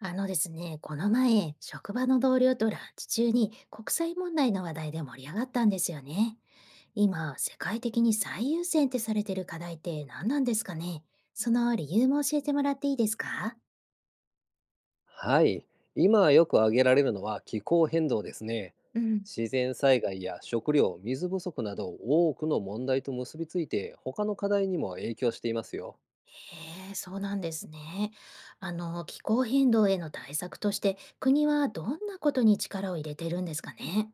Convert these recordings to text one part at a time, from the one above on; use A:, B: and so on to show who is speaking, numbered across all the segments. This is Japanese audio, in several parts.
A: あのですね、この前、職場の同僚とランチ中に国際問題の話題で盛り上がったんですよね。今、世界的に最優先ってされてる課題って何なんですかね？その理由も教えてもらっていいですか？
B: はい。今よく挙げられるのは気候変動ですね。
A: うん。
B: 自然災害や食料、水不足など多くの問題と結びついて他の課題にも影響していますよ。
A: へえ、そうなんですね。あの、気候変動への対策として、国はどんなことに力を入れてるんですかね？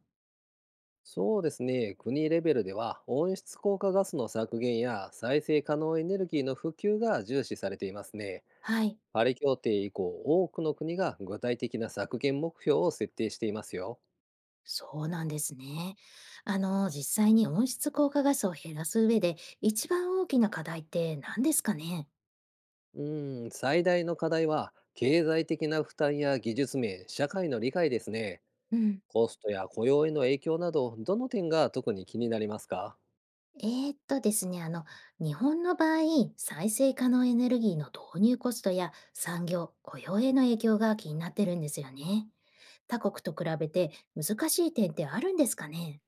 B: そうですね。国レベルでは温室効果ガスの削減や再生可能エネルギーの普及が重視されていますね。
A: はい。
B: パリ協定以降、多くの国が具体的な削減目標を設定していますよ。
A: そうなんですね。あの、実際に温室効果ガスを減らす上で、一番大きな課題って何ですかね？
B: 最大の課題は経済的な負担や技術面、社会の理解ですね。
A: うん。
B: コストや雇用への影響など、どの点が特に気になりますか？
A: えですね、あの、日本の場合、再生可能エネルギーの導入コストや産業、雇用への影響が気になってるんですよね。他国と比べて難しい点ってあるんですかね？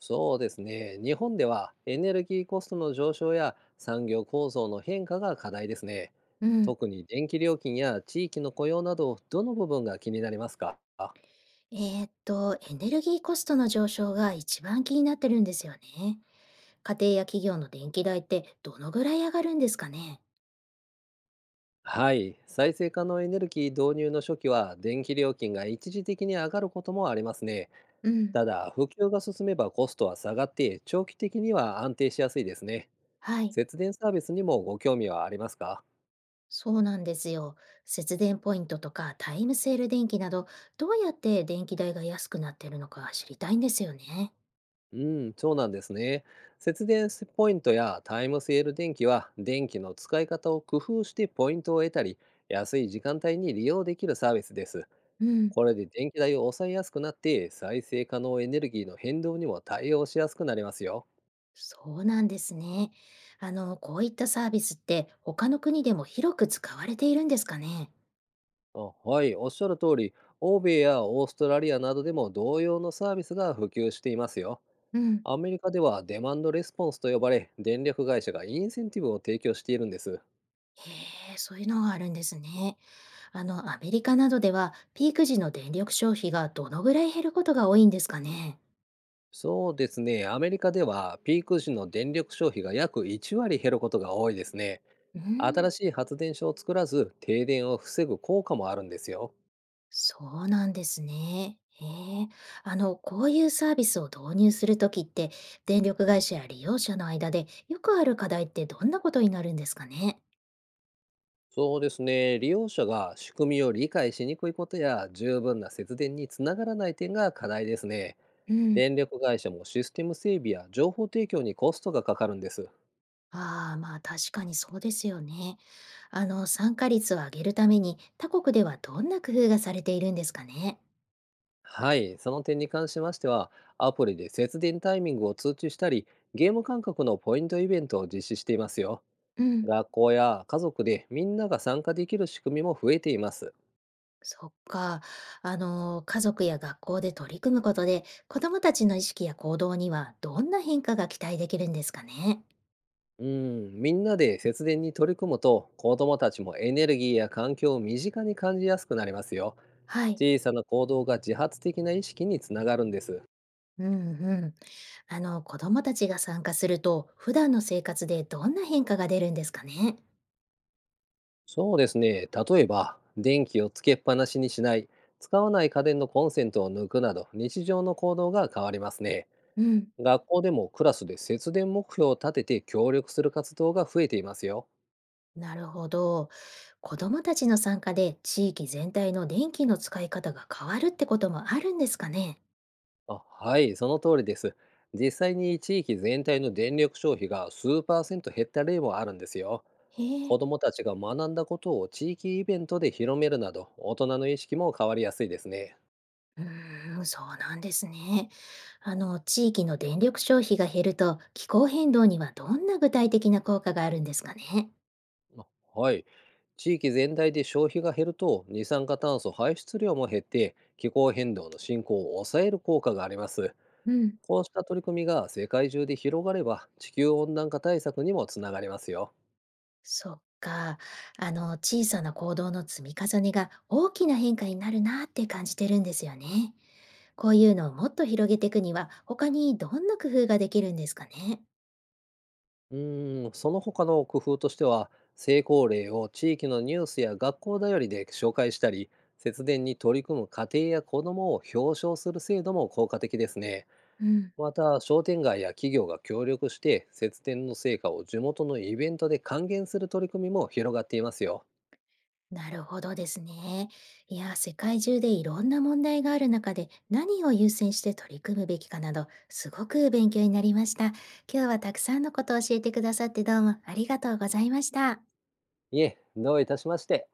B: そうですね。日本ではエネルギーコストの上昇や産業構造の変化が課題ですね。
A: うん。
B: 特に電気料金や地域の雇用など、どの部分が気になりますか？
A: えエネルギーコストの上昇が一番気になってるんですよね。家庭や企業の電気代ってどのぐらい上がるんですかね？
B: はい。再生可能エネルギー導入の初期は、電気料金が一時的に上がることもありますね。
A: うん。
B: ただ、普及が進めばコストは下がって、長期的には安定しやすいですね。
A: はい、
B: 節電サービスにもご興味はありますか？
A: そうなんですよ。節電ポイントとかタイムセール電気など、どうやって電気代が安くなってるのか知りたいんですよね。
B: うん、そうなんですね。節電ポイントやタイムセール電気は、電気の使い方を工夫してポイントを得たり、安い時間帯に利用できるサービスです。
A: うん、
B: これで電気代を抑えやすくなって、再生可能エネルギーの変動にも対応しやすくなりますよ。
A: そうなんですね。あの、こういったサービスって他の国でも広く使われているんですかね。
B: あ、はい、おっしゃる通り、欧米やオーストラリアなどでも同様のサービスが普及していますよ。
A: うん。
B: アメリカではデマンドレスポンスと呼ばれ、電力会社がインセンティブを提供しているんです。
A: へえ、そういうのがあるんですね。あの、アメリカなどではピーク時の電力消費がどのぐらい減ることが多いんですかね。
B: そうですね。アメリカではピーク時の電力消費が約1割減ることが多いですね。
A: うん。
B: 新しい発電所を作らず停電を防ぐ効果もあるんですよ。
A: そうなんですね。へえ。あの、こういうサービスを導入するときって、電力会社や利用者の間でよくある課題ってどんなことになるんですかね？
B: そうですね。利用者が仕組みを理解しにくいことや十分な節電につながらない点が課題ですね。
A: うん。
B: 電力会社もシステム整備や情報提供にコストがかかるんです。
A: ああ、まあ確かにそうですよね。あの、参加率を上げるために他国ではどんな工夫がされているんですかね？
B: はい、その点に関しましては、アプリで節電タイミングを通知したり、ゲーム感覚のポイントイベントを実施していますよ。
A: うん。
B: 学校や家族でみんなが参加できる仕組みも増えています。
A: そっか。あの、家族や学校で取り組むことで、子どもたちの意識や行動にはどんな変化が期待できるんですかね？
B: うん、みんなで節電に取り組むと子どもたちもエネルギーや環境を身近に感じやすくなりますよ。
A: はい。
B: 小さな行動が自発的な意識につながるんです。
A: うんうん。あの、子供たちが参加すると、普段の生活でどんな変化が出るんですかね？
B: そうですね。例えば、電気をつけっぱなしにしない、使わない家電のコンセントを抜くなど、日常の行動が変わりますね。
A: うん。
B: 学校でもクラスで節電目標を立てて協力する活動が増えていますよ。
A: なるほど。子供たちの参加で地域全体の電気の使い方が変わるってこともあるんですかね？
B: あ、はい、その通りです。実際に地域全体の電力消費が数パーセント減った例もあるんですよ。
A: へえ、
B: 子どもたちが学んだことを地域イベントで広めるなど、大人の意識も変わりやすいですね。
A: うーん、そうなんですね。あの、地域の電力消費が減ると、気候変動にはどんな具体的な効果があるんですかね？
B: あ、はい。地域全体で消費が減ると、二酸化炭素排出量も減って、気候変動の進行を抑える効果があります。
A: うん。
B: こうした取り組みが世界中で広がれば、地球温暖化対策にもつながりますよ。
A: そっか。あの、小さな行動の積み重ねが大きな変化になるなって感じてるんですよね。こういうのをもっと広げていくには、他にどんな工夫ができるんですかね。
B: その他の工夫としては、成功例を地域のニュースや学校だよりで紹介したり、節電に取り組む家庭や子どもを表彰する制度も効果的ですね。
A: うん。
B: また、商店街や企業が協力して、節電の成果を地元のイベントで還元する取り組みも広がっていますよ。
A: なるほどですね。いや、世界中でいろんな問題がある中で何を優先して取り組むべきかなど、すごく勉強になりました。今日はたくさんのことを教えてくださってどうもありがとうございました。
B: いえ、どういたしまして。